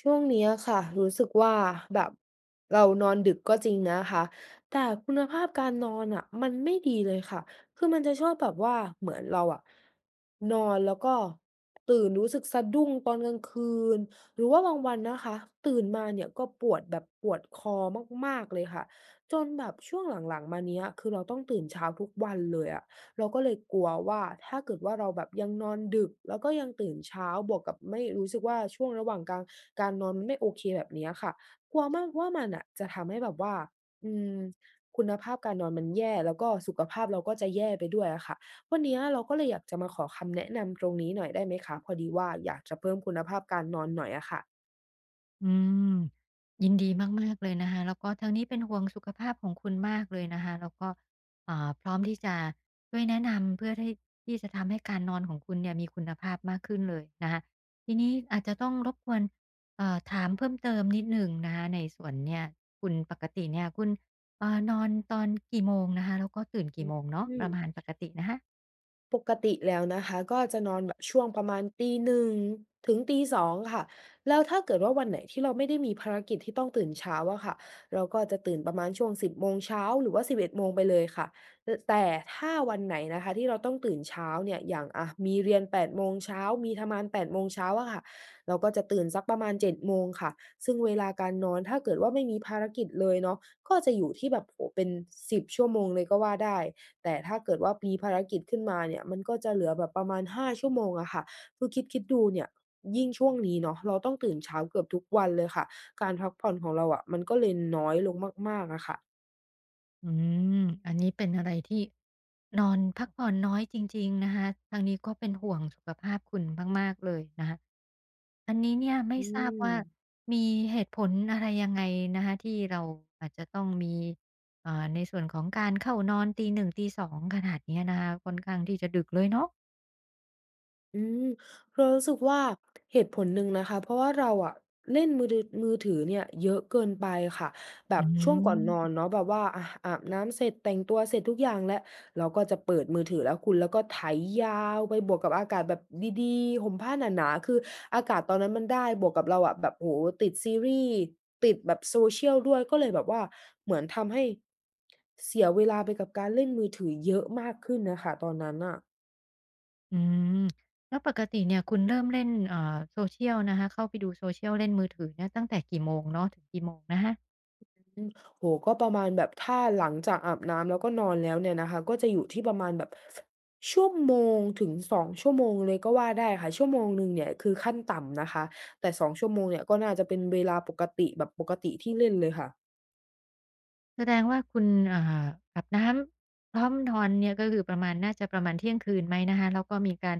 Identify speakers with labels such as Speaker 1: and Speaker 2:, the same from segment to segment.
Speaker 1: ช่วงเนี้ยค่ะรู้สึกว่าแบบเรานอนดึกก็จริงนะคะแต่คุณภาพการนอนอะมันไม่ดีเลยค่ะคือมันจะชอบแบบว่าเหมือนเราอะนอนแล้วก็ตื่นรู้สึกสะดุ้งตอนกลางคืนหรือว่าบางวันนะคะตื่นมาเนี่ยก็ปวดแบบปวดคอมากๆเลยค่ะจนแบบช่วงหลังๆมาเนี้ยคือเราต้องตื่นเช้าทุกวันเลยอะ เราก็เลยกลัวว่าถ้าเกิดว่าเราแบบยังนอนดึกแล้วก็ยังตื่นเช้าบวกกับไม่รู้สึกว่าช่วงระหว่างกลางการนอนมันไม่โอเคแบบเนี้ยค่ะกลัวมากว่ามันน่ะจะทำให้แบบว่าอืมคุณภาพการนอนมันแย่แล้วก็สุขภาพเราก็จะแย่ไปด้วยอะค่ะวันเนี้ยเราก็เลยอยากจะมาขอคำแนะนำตรงนี้หน่อยได้ไหมคะพอดีว่าอยากจะเพิ่มคุณภาพการนอนหน่อยอะค่ะ
Speaker 2: อืมยินดีมากๆเลยนะคะแล้วก็ทางนี้เป็นห่วงสุขภาพของคุณมากเลยนะคะแล้วก็พร้อมที่จะช่วยแนะนำเพื่อที่จะทำให้การนอนของคุณเนี่ยมีคุณภาพมากขึ้นเลยนะคะทีนี้อาจจะต้องรบกวนถามเพิ่มเติมนิดหนึ่งนะคะในส่วนเนี่ยคุณปกติเนี่ยคุณนอนตอนกี่โมงนะคะแล้วก็ตื่นกี่โมงเนาะ
Speaker 1: อื
Speaker 2: ป
Speaker 1: ม
Speaker 2: ระมาณปกตินะคะ
Speaker 1: ปกติแล้วนะคะก็จะนอนแบบช่วงประมาณตีหน1 0งถึง0ส0งค่ะแล้วถ้าเกิดว่าวันไหนที่เราไม่ได้มีภารกิจที่ต้องตื่นเช้าอะค่ะเราก็จะตื่นประมาณช่วง10โมงเช้าหรือว่า11โมงไปเลยค่ะแต่ถ้าวันไหนนะคะที่เราต้องตื่นเช้าเนี่ยอย่างอะมีเรียนแปดโมงเช้ามีทำงาน8โมงเช้าอะค่ะเราก็จะตื่นสักประมาณ7โมงค่ะซึ่งเวลาการนอนถ้าเกิดว่าไม่มีภารกิจเลยเนาะก็จะอยู่ที่แบบโอ้โฮเป็น10ชั่วโมงเลยก็ว่าได้ แต่ถ้าเกิดว่ามีภารกิจขึ้นมาเนี่ยมันก็จะเหลือแบบประมาณ5ชั่วโมงอะค่ะคือคิดดูเนี่ยยิ่งช่วงนี้เนาะเราต้องตื่นเช้าเกือบทุกวันเลยค่ะการพักผ่อนของเราอะมันก็เลยน้อยลงมากๆอะค่ะ
Speaker 2: อืม อันนี้เป็นอะไรที่นอนพักผ่อนน้อยจริงๆนะคะ ทางนี้ก็เป็นห่วงสุขภาพคุณมากๆเลยนะคะอันนี้เนี่ยไม่
Speaker 1: อื
Speaker 2: ทราบ
Speaker 1: ม
Speaker 2: ว่ามีเหตุผลอะไรยังไงนะคะที่เราอาจจะต้องมีเอ่าในส่วนของการเข้านอนตี1ตี2ขนาดเนี้ยนะคะค่อนข้างที่จะดึกเลยเนาะ
Speaker 1: อืมเรารู้สึกว่าเหตุผลหนึ่งนะคะเพราะว่าเราอะเล่นมือถือเนี่ยเยอะเกินไปค่ะแบ
Speaker 2: อื
Speaker 1: บช่วงก่อนนอน
Speaker 2: ม
Speaker 1: เนาะแบบว่าอะอาบน้ำเสร็จแต่งตัวเสร็จทุกอย่างแล้วเราก็จะเปิดมือถือแล้วคุณแล้วก็ไถยาวไปบวกกับอากาศแบบดีๆห่มผ้าหนาๆคืออากาศตอนนั้นมันได้บวกกับเราอะแบบโอ้โฮติดซีรีส์ติดแบบ social ด้วยก็เลยแบบว่าเหมือนทำให้เสียเวลาไปกับการเล่นมือถือเยอะมากขึ้นน่ะค่ะตอนนั้นน่ะ
Speaker 2: อืมแล้วปกติเนี่ยคุณเริ่มเล่นSocial นะคะเข้าไปดู Social เล่นมือถือเนี่ยตั้งแต่กี่โมงเนาะถึงกี่โมงนะคะ
Speaker 1: อืมโอ้โฮก็ประมาณแบบถ้าหลังจากอาบน้ำแล้วก็นอนแล้วเนี่ยนะคะก็จะอยู่ที่ประมาณแบบช่วโมงถึงสอ2ชั่วโมงเลยก็ว่าได้ค่ะชั่วโมงหนึ่งเนี่ยคือขั้นต่ำนะคะแต่2ชั่วโมงเนี่ยก็น่าจะเป็นเวลาปกติแบบปกติที่เล่นเลยค่ะ
Speaker 2: แสดงว่าคุณเอ่าอาบน้ำพร้อมนอนเนี่ยก็คือประมาณน่าจะประมาณเที่ยงคืนไหมนะคะแล้วก็มีการ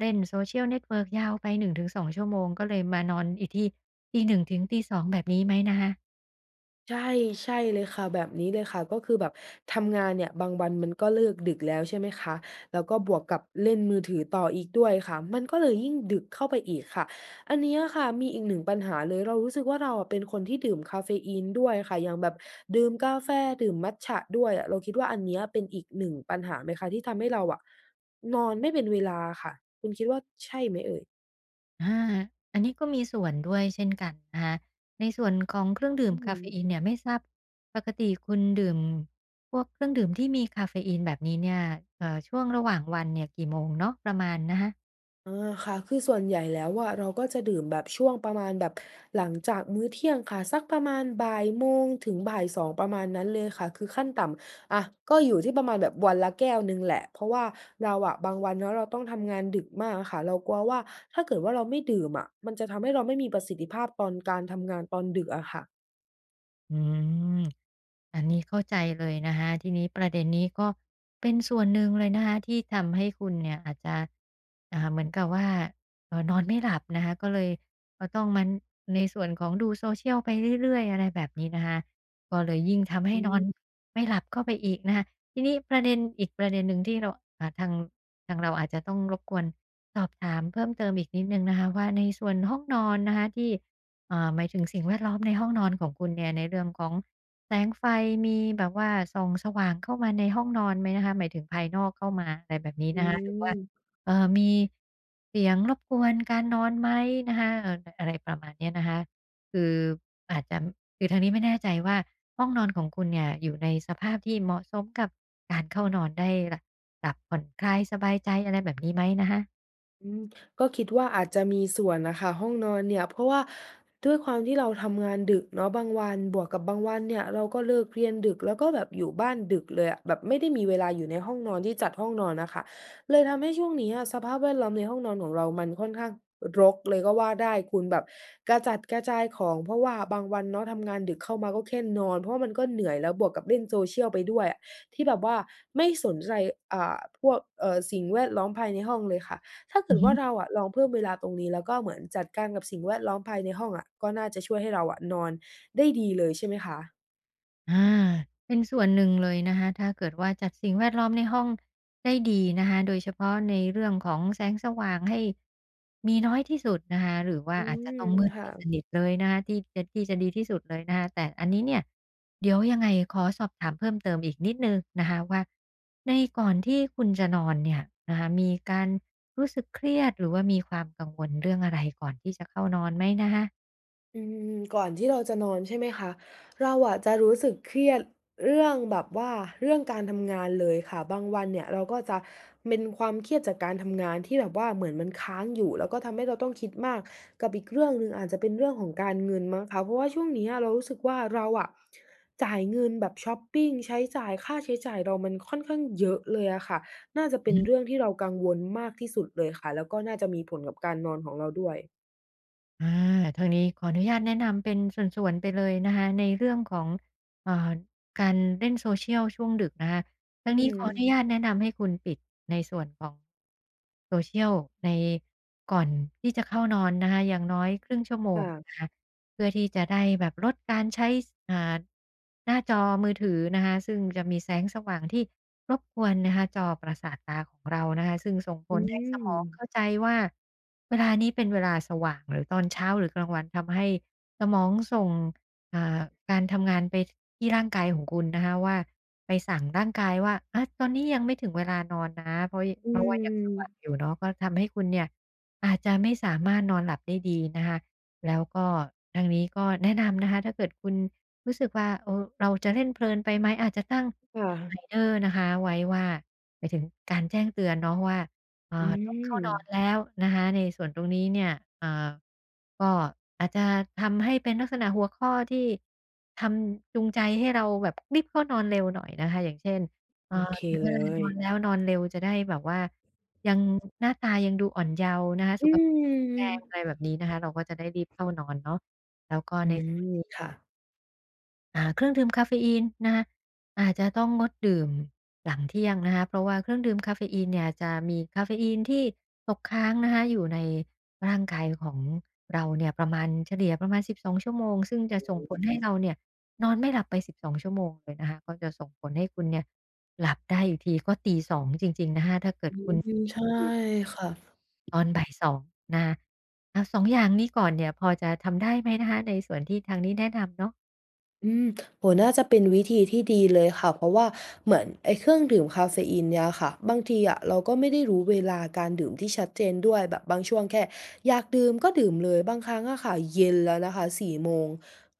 Speaker 2: เล่น Social Network ยาวไป1-2ชั่วโมงก็เลยมานอนอีกทีตีหน1่งถึงตี2องแบบนี้ไหมนะคะ
Speaker 1: ใช่ใช่เลยค่ะแบบนี้เลยค่ะก็คือแบบทำงานเนี่ยบางวันมันก็เลิกดึกแล้วใช่ไหมคะแล้วก็บวกกับเล่นมือถือต่ออีกด้วยค่ะมันก็เลยยิ่งดึกเข้าไปอีกค่ะอันเนี้ยค่ะมีอีกหนึ่งปัญหาเลยเรารู้สึกว่าเราอะเป็นคนที่ดื่มกาเฟอีนด้วยค่ะอย่างแบบดื่มกาแฟดื่มมัตจะด้วยอะเราคิดว่าอันเนี้ยเป็นอีกหนึ่งปัญหาไหมคะที่ทำให้เราอะนอนไม่เป็นเวลาค่ะคุณคิดว่าใช่ไหมเอ่ย
Speaker 2: อาอันนี้ก็มีส่วนด้วยเช่นกันนะคะในส่วนของเครื่องดื่ม
Speaker 1: อื
Speaker 2: กา
Speaker 1: ม
Speaker 2: เฟอีนเนี่ยไม่ทราบปกติคุณดื่มพวกเครื่องดื่มที่มีกาเฟอีนแบบนี้เนี่ยช่วงระหว่างวันเนี่ยกี่โมงเนาะประมาณนะคะ
Speaker 1: อาค่ะคือส่วนใหญ่แล้วอะเราก็จะดื่มแบบช่วงประมาณแบบหลังจากมื้อเที่ยงค่ะสักประมาณบ่ายโมงถึงบ่ายสองประมาณนั้นเลยค่ะคือขั้นต่ำอะก็อยู่ที่ประมาณแบบวันละแก้วหนึ่งแหละเพราะว่าเราอะบางวันเนาะเราต้องทำงานดึกมากอะค่ะเรากลัวว่าถ้าเกิดว่าเราไม่ดื่มอะมันจะทำให้เราไม่มีประสิทธิภาพตอนการทำงานตอนดึกอะค่ะ
Speaker 2: อืมอันนี้เข้าใจเลยนะคะทีนี้ประเด็นนี้ก็เป็นส่วนหนึ่งเลยนะคะที่ทำให้คุณเนี่ยอาจจะเหมือนกับว่านอนไม่หลับนะคะก็เลยก็ต้องมาในส่วนของดู social ไปเรื่อยๆอะไรแบบนี้นะคะก็เลยยิ่งทำให้นอนไม่หลับเข้าไปอีกนะคะทีนี้ประเด็นอีกประเด็นหนึ่งที่เราอ่าทางทางเราอาจจะต้องรบกวนสอบถามเพิ่มเติมอีกนิดหนึ่งนะคะว่าในส่วนห้องนอนนะคะที่ หมายถึงสิ่งแวดล้อมในห้องนอนของคุณเนี่ยในเรื่องของแสงไฟมีแบบว่าส่องสว่างเข้ามาในห้องนอนไหมนะคะหมายถึงภายนอกเข้ามาอะไรแบบนี้
Speaker 1: อื
Speaker 2: นะคะหรือว่า
Speaker 1: ม
Speaker 2: มีเสียงรบกวนการนอนไหมนะคะอะไรประมาณเนี้ยนะคะคืออาจจะคือทางนี้ไม่แน่ใจว่าห้องนอนของคุณเนี่ยอยู่ในสภาพที่เหมาะสมกับการเข้านอนได้หลับผ่อนคลายสบายใจอะไรแบบนี้ไหมนะคะ
Speaker 1: อืมก็คิดว่าอาจจะมีส่วนนะคะห้องนอนเนี่ยเพราะว่าด้วยความที่เราทำงานดึกเนาะบางวันบวกกับบางวันเนี่ยเราก็เลิกเรียนดึกแล้วก็แบบอยู่บ้านดึกเลยอะแบบไม่ได้มีเวลาอยู่ในห้องนอนที่จัดห้องนอนน่ะค่ะเลยทำให้ช่วงนี้อะสภาพแวดล้อมในห้องนอนของเรามันค่อนข้างรกเลยก็ว่าได้คุณแบบกระจัดกระจายของเพราะว่าบางวันเนาะทำงานดึกเข้ามาก็แค่นอนเพราะว่ามันก็เหนื่อยแล้วบวกกับเล่น social ไปด้วยอะที่แบบว่าไม่สนใจอ่าพวกสิ่งแวดล้อมภายในห้องเลยค่ะ ถ้า
Speaker 2: อื
Speaker 1: เกิ
Speaker 2: อ
Speaker 1: ด
Speaker 2: ฮึ
Speaker 1: ว่าเราอะลองเพิ่มเวลาตรงนี้แล้วก็เหมือนจัดการกับสิ่งแวดล้อมภายในห้องอะก็น่าจะช่วยให้เราอะนอนได้ดีเลยใช่ไหมคะ
Speaker 2: อาเป็นส่วนหนึ่งเลยนะคะถ้าเกิดว่าจัดสิ่งแวดล้อมในห้องได้ดีนะคะโดยเฉพาะในเรื่องของแสงสว่างให้มีน้อยที่สุดนะคะ หรือว่า
Speaker 1: อื
Speaker 2: อาจจะ
Speaker 1: ม
Speaker 2: ต้องมืด
Speaker 1: ค่ะ
Speaker 2: ให้สนิทเลยนะคะที่จะดีที่สุดเลยนะคะแต่อันนี้เนี่ยเดี๋ยวยังไงขอสอบถามเพิ่มเติมอีกนิดนึงนะคะว่าในก่อนที่คุณจะนอนเนี่ยนะคะมีการรู้สึกเครียดหรือว่ามีความกังวลเรื่องอะไรก่อนที่จะเข้านอนไหมนะคะ
Speaker 1: อืมก่อนที่เราจะนอนใช่ไหมคะเราอะจะรู้สึกเครียดเรื่องแบบว่าเรื่องการทำงานเลยค่ะบางวันเนี่ยเราก็จะเป็นความเครียดจากการทำงานที่แบบว่าเหมือนมันค้างอยู่แล้วก็ทำให้เราต้องคิดมากกับอีกเรื่องหนึ่งอาจจะเป็นเรื่องของการเงินมั้งคะเพราะว่าช่วงเนี้ยเรารู้สึกว่าเราอะจ่ายเงินแบบชอปปิงใช้จ่ายค่าใช้จ่ายเรามันค่อนข้างเยอะเลยอะค่ะน่าจะเป็นเรื่องที่เรากังวลมากที่สุดเลยค่ะแล้วก็น่าจะมีผลกับการนอนของเราด้วย
Speaker 2: อาทางนี้ขออนุญาตแนะนำเป็นส่วนๆไปเลยนะคะในเรื่องของเอ่อการเล่นโซเชียลช่วงดึกนะคะ ทั้
Speaker 1: อื
Speaker 2: งนี้
Speaker 1: ม
Speaker 2: ขออนุญาตแนะนำให้คุณปิดในส่วนของ Social ในก่อนที่จะเข้านอนนะคะอย่างน้อยครึ่งชั่วโมง
Speaker 1: ค่ะ
Speaker 2: นะคะเพื่อที่จะได้แบบลดการใช้สหน้าจอมือถือนะคะซึ่งจะมีแสงสว่างที่รบกวนนะคะจอประสาทตาของเรานะคะซึ่งส่งผ
Speaker 1: อื
Speaker 2: ลให้ส
Speaker 1: ม
Speaker 2: มองเข้าใจว่าเวลานี้เป็นเวลาสว่างหรือตอนเช้าหรือกลางวันทำให้สมองส่ง อ่าการทำงานไปที่ร่างกายของคุณนะคะว่าไปสั่งร่างกายว่าอะตอนนี้ยังไม่ถึงเวลานอนนะ
Speaker 1: อื
Speaker 2: เพราะว่ายังสว่างอ
Speaker 1: ม
Speaker 2: ยู่เนาะก็ทำให้คุณเนี่ยอาจจะไม่สามารถนอนหลับได้ดีนะคะแล้วก็ทางนี้ก็แนะนำนะคะถ้าเกิดคุณรู้สึกว่าเออเราจะเล่นเพลินไปไหมอาจจะตั้ง
Speaker 1: ค่ะ
Speaker 2: reminder นะคะไว้ว่าหมายถึงการแจ้งเตือนเนาะว่า อ่า
Speaker 1: อื
Speaker 2: ต้อง
Speaker 1: ม
Speaker 2: เข้านอนแล้วนะคะในส่วนตรงนี้เนี่ยเอ่อก็อาจจะทำให้เป็นลักษณะหัวข้อที่ทำจูงใจให้เราแบบรีบเข้านอนเร็วหน่อยนะคะอย่างเช่นเอ่า
Speaker 1: โอเค
Speaker 2: ถึงเว
Speaker 1: เล
Speaker 2: ลาน
Speaker 1: ย
Speaker 2: อนแล้วนอนเร็วจะได้แบบว่ายังหน้าตายังดูอ่อนเยาว์นะคะสุ
Speaker 1: อื
Speaker 2: ขภาพแข็งแร
Speaker 1: ม
Speaker 2: งอะไรแบบนี้นะคะเราก็จะได้รีบเข้านอนเนาะแล้วก็
Speaker 1: อื
Speaker 2: ใน
Speaker 1: มค่ะ
Speaker 2: เครื่องดื่มกาเฟอีนนะคะอาจจะต้องงดดื่มหลังเที่ยงนะคะเพราะว่าเครื่องดื่มกาเฟอีนเนี่ยจะมีกาเฟอีนที่ตกค้างนะคะอยู่ในร่างกายของเราเนี่ยประมาณเฉลี่ยประมาณสิบสองชั่วโมงซึ่งจะส่งผลให้เราเนี่ยนอนไม่หลับไปสิบสองชั่วโมงเลยนะคะก็จะส่งผลให้คุณเนี่ย
Speaker 1: อืมใช่
Speaker 2: ตื่น
Speaker 1: ค่ะ
Speaker 2: ตอนบ่าย2นะคะเอา2องอย่างนี้ก่อนเนี่ยพอจะทำได้ไหมนะคะในส่วนที่ทางนี้แนะนำเนาะ
Speaker 1: อืมโอน่าจะเป็นวิธีที่ดีเลยค่ะเพราะว่าเหมือนไอ้เครื่องดื่มกาเฟอีนเนี่ยค่ะบางทีอะเราก็ไม่ได้รู้เวลาการดื่มที่ชัดเจนด้วยแบบบางช่วงแค่อยากดื่มก็ดื่มเลยบางครั้งอะค่ะเย็นแล้วนะคะ4โมง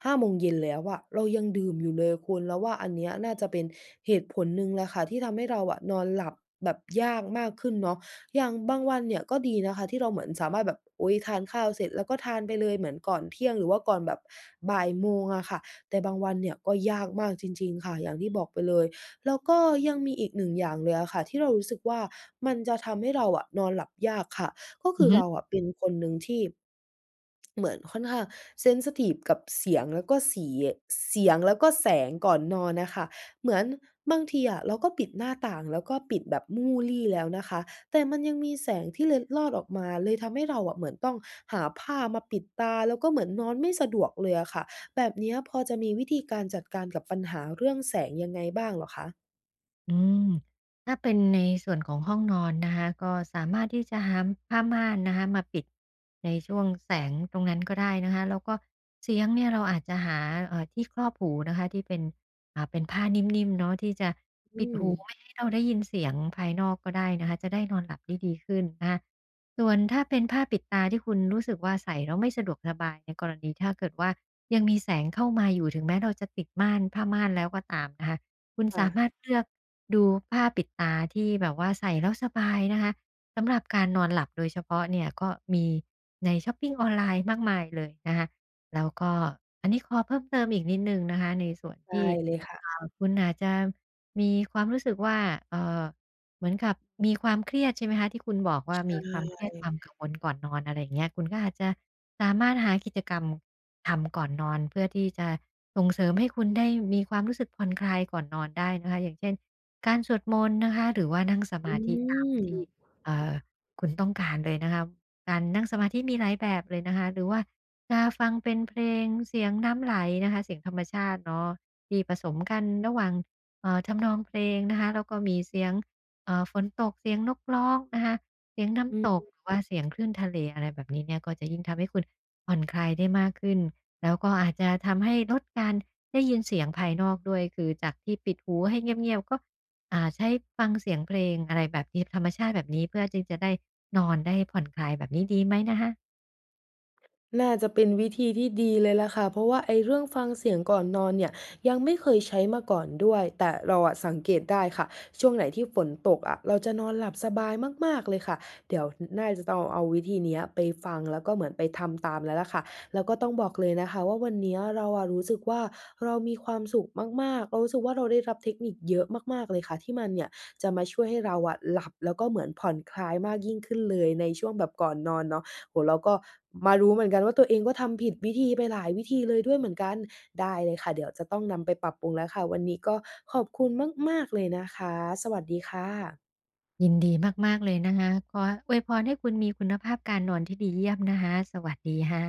Speaker 1: 5โมงเย็นแล้วอะเรายังดื่มอยู่เลยคุณเราว่าอันเนี้ยน่าจะเป็นเหตุผลหนึ่งแหละค่ะที่ทำให้เราอะนอนหลับแบบยากมากขึ้นเนาะอย่างบางวันเนี่ยก็ดีนะคะที่เราเหมือนสามารถแบบอุ๊ยทานข้าวเสร็จแล้วก็ทานไปเลยเหมือนก่อนเที่ยงหรือว่าก่อนแบบบ่ายโมงอะค่ะ แต่บางวันเนี่ยก็ยากมากจริงๆค่ะอย่างที่บอกไปเลยแล้วก็ยังมีอีกหนึ่งอย่างเลยอะค่ะที่เรารู้สึกว่ามันจะทำให้เราอะนอนหลับยากค่ะก็
Speaker 2: อื
Speaker 1: คื
Speaker 2: อ
Speaker 1: อ
Speaker 2: ฮึ
Speaker 1: เราอะเป็นคนหนึ่งที่ เหมือนค่อนข้างเซนซิทิฟกับเสียงแล้วก็สีเสียงแล้วก็แสงก่อนนอนน่ะค่ะเหมือนบางทีอะเราก็ปิดหน้าต่างแล้วก็ปิดแบบมู่ลี่แล้วนะคะแต่มันยังมีแสงที่เล็ดลอดออกมาเลยทำให้เราอะเหมือนต้องหาผ้ามาปิดตาแล้วก็เหมือนนอนไม่สะดวกเลยอะค่ะแบบเนี้ยพอจะมีวิธีการจัดการกับปัญหาเรื่องแสงยังไงบ้างเหรอคะ
Speaker 2: อืมถ้าเป็นในส่วนของห้องนอนนะคะก็สามารถที่จะหาผ้าม่านนะคะมาปิดในช่วงแสงตรงนั้นก็ได้นะคะแล้วก็เสียงเนี่ยเราอาจจะหาที่ครอบหูนะคะที่เป็นเป็นผ้านิ่มๆเนาะที่จะปิ
Speaker 1: อื
Speaker 2: ด
Speaker 1: ม
Speaker 2: หูไม่ให้เราได้ยินเสียงภายนอกก็ได้นะคะจะได้นอนหลับได้ดีขึ้นนะคะส่วนถ้าเป็นผ้าปิดตาที่คุณรู้สึกว่าใส่แล้วไม่สะดวกสบายในกรณีถ้าเกิดว่ายังมีแสงเข้ามาอยู่ถึงแม้เราจะติดม่านผ้าม่านแล้วก็ตามนะคะ คุณ
Speaker 1: ค่ะ
Speaker 2: สามารถเลือกดูผ้าปิดตาที่แบบว่าใส่แล้วสบายนะคะสำหรับการนอนหลับโดยเฉพาะเนี่ยก็มีในช้อปปิงออนไลน์มากมายเลยนะคะแล้วก็อันนี้ขอเพิ่มเติมอีกนิดหนึ่งนะคะในส่วนที่
Speaker 1: ได้เลยค่ะ
Speaker 2: คุณอาจจะมีความรู้สึกว่าเอ่อเหมือนกับมีความเครียดใช่ไหมคะที่คุณบอกว่า
Speaker 1: ใช
Speaker 2: มีค
Speaker 1: ่
Speaker 2: วามเครียดความกังวลก่อนนอนอะไรอย่างเงี้ยคุณก็อาจจะ สามารถหากิจกรรมทำก่อนนอนเพื่อที่จะส่งเสริมให้คุณได้มีความรู้สึกผ่อนคลายก่อนนอนได้นะคะอย่างเช่นการสวดมนต์นะคะหรือว่านั่งสมา
Speaker 1: อื
Speaker 2: ธิตาม
Speaker 1: ม
Speaker 2: ที่เอ่อคุณต้องการเลยนะคะการนั่งสมาธิมีหลายแบบเลยนะคะหรือว่าจะฟังเป็นเพลงเสียงน้ำไหลนะคะเสียงธรรมชาติเนาะที่ผสมกันระหว่างทำนองเพลงนะคะแล้วก็มีเสียงฝนตกเสียงนกร้องนะคะ เสียง
Speaker 1: อื
Speaker 2: น้ำตกหรือว่าเสียงคลื่นทะเลอะไรแบบนี้เนี่ยก็จะยิ่งทำให้คุณผ่อนคลายได้มากขึ้นแล้วก็อาจจะทำให้ลดการได้ยินเสียงภายนอกด้วยคือจากที่ปิดหูให้เงียบๆก็ใช้ฟังเสียงเพลงอะไรแบบนี้ธรรมชาติแบบนี้เพื่อจึงจะได้นอนได้ผ่อนคลายแบบนี้ดีไหมนะคะ
Speaker 1: น่าจะเป็นวิธีที่ดีเลยล่ะค่ะเพราะว่าไอ้เรื่องฟังเสียงก่อนนอนเนี่ยยังไม่เคยใช้มาก่อนด้วยแต่เราอะสังเกตได้ค่ะช่วงไหนที่ฝนตกอะเราจะนอนหลับสบายมากๆเลยค่ะเดี๋ยวน่าจะต้องเอาวิธีเนี้ยไปฟังแล้วก็เหมือนไปทำตามแล้วล่ะค่ะแล้วก็ต้องบอกเลยนะคะว่าวันเนี้ยเราอะรู้สึกว่าเรามีความสุขมากๆเรารู้สึกว่าเราได้รับเทคนิคเยอะมากๆเลยค่ะที่มันเนี่ยจะมาช่วยให้เราอะหลับแล้วก็เหมือนผ่อนคลายมากยิ่งขึ้นเลยในช่วงแบบก่อนนอนเนาะ โอ้โฮเราก็มารู้เหมือนกันว่าตัวเองก็ทำผิดวิธีไปหลายวิธีเลยด้วยเหมือนกันได้เลยค่ะเดี๋ยวจะต้องนำไปปรับปรุงแล้วค่ะวันนี้ก็ขอบคุณมากๆเลยนะคะสวัสดีค่ะ
Speaker 2: ยินดีมากๆเลยนะคะขออวยพรให้คุณมีคุณภาพการนอนที่ดีเยี่ยมนะคะสวัสดีค่ะ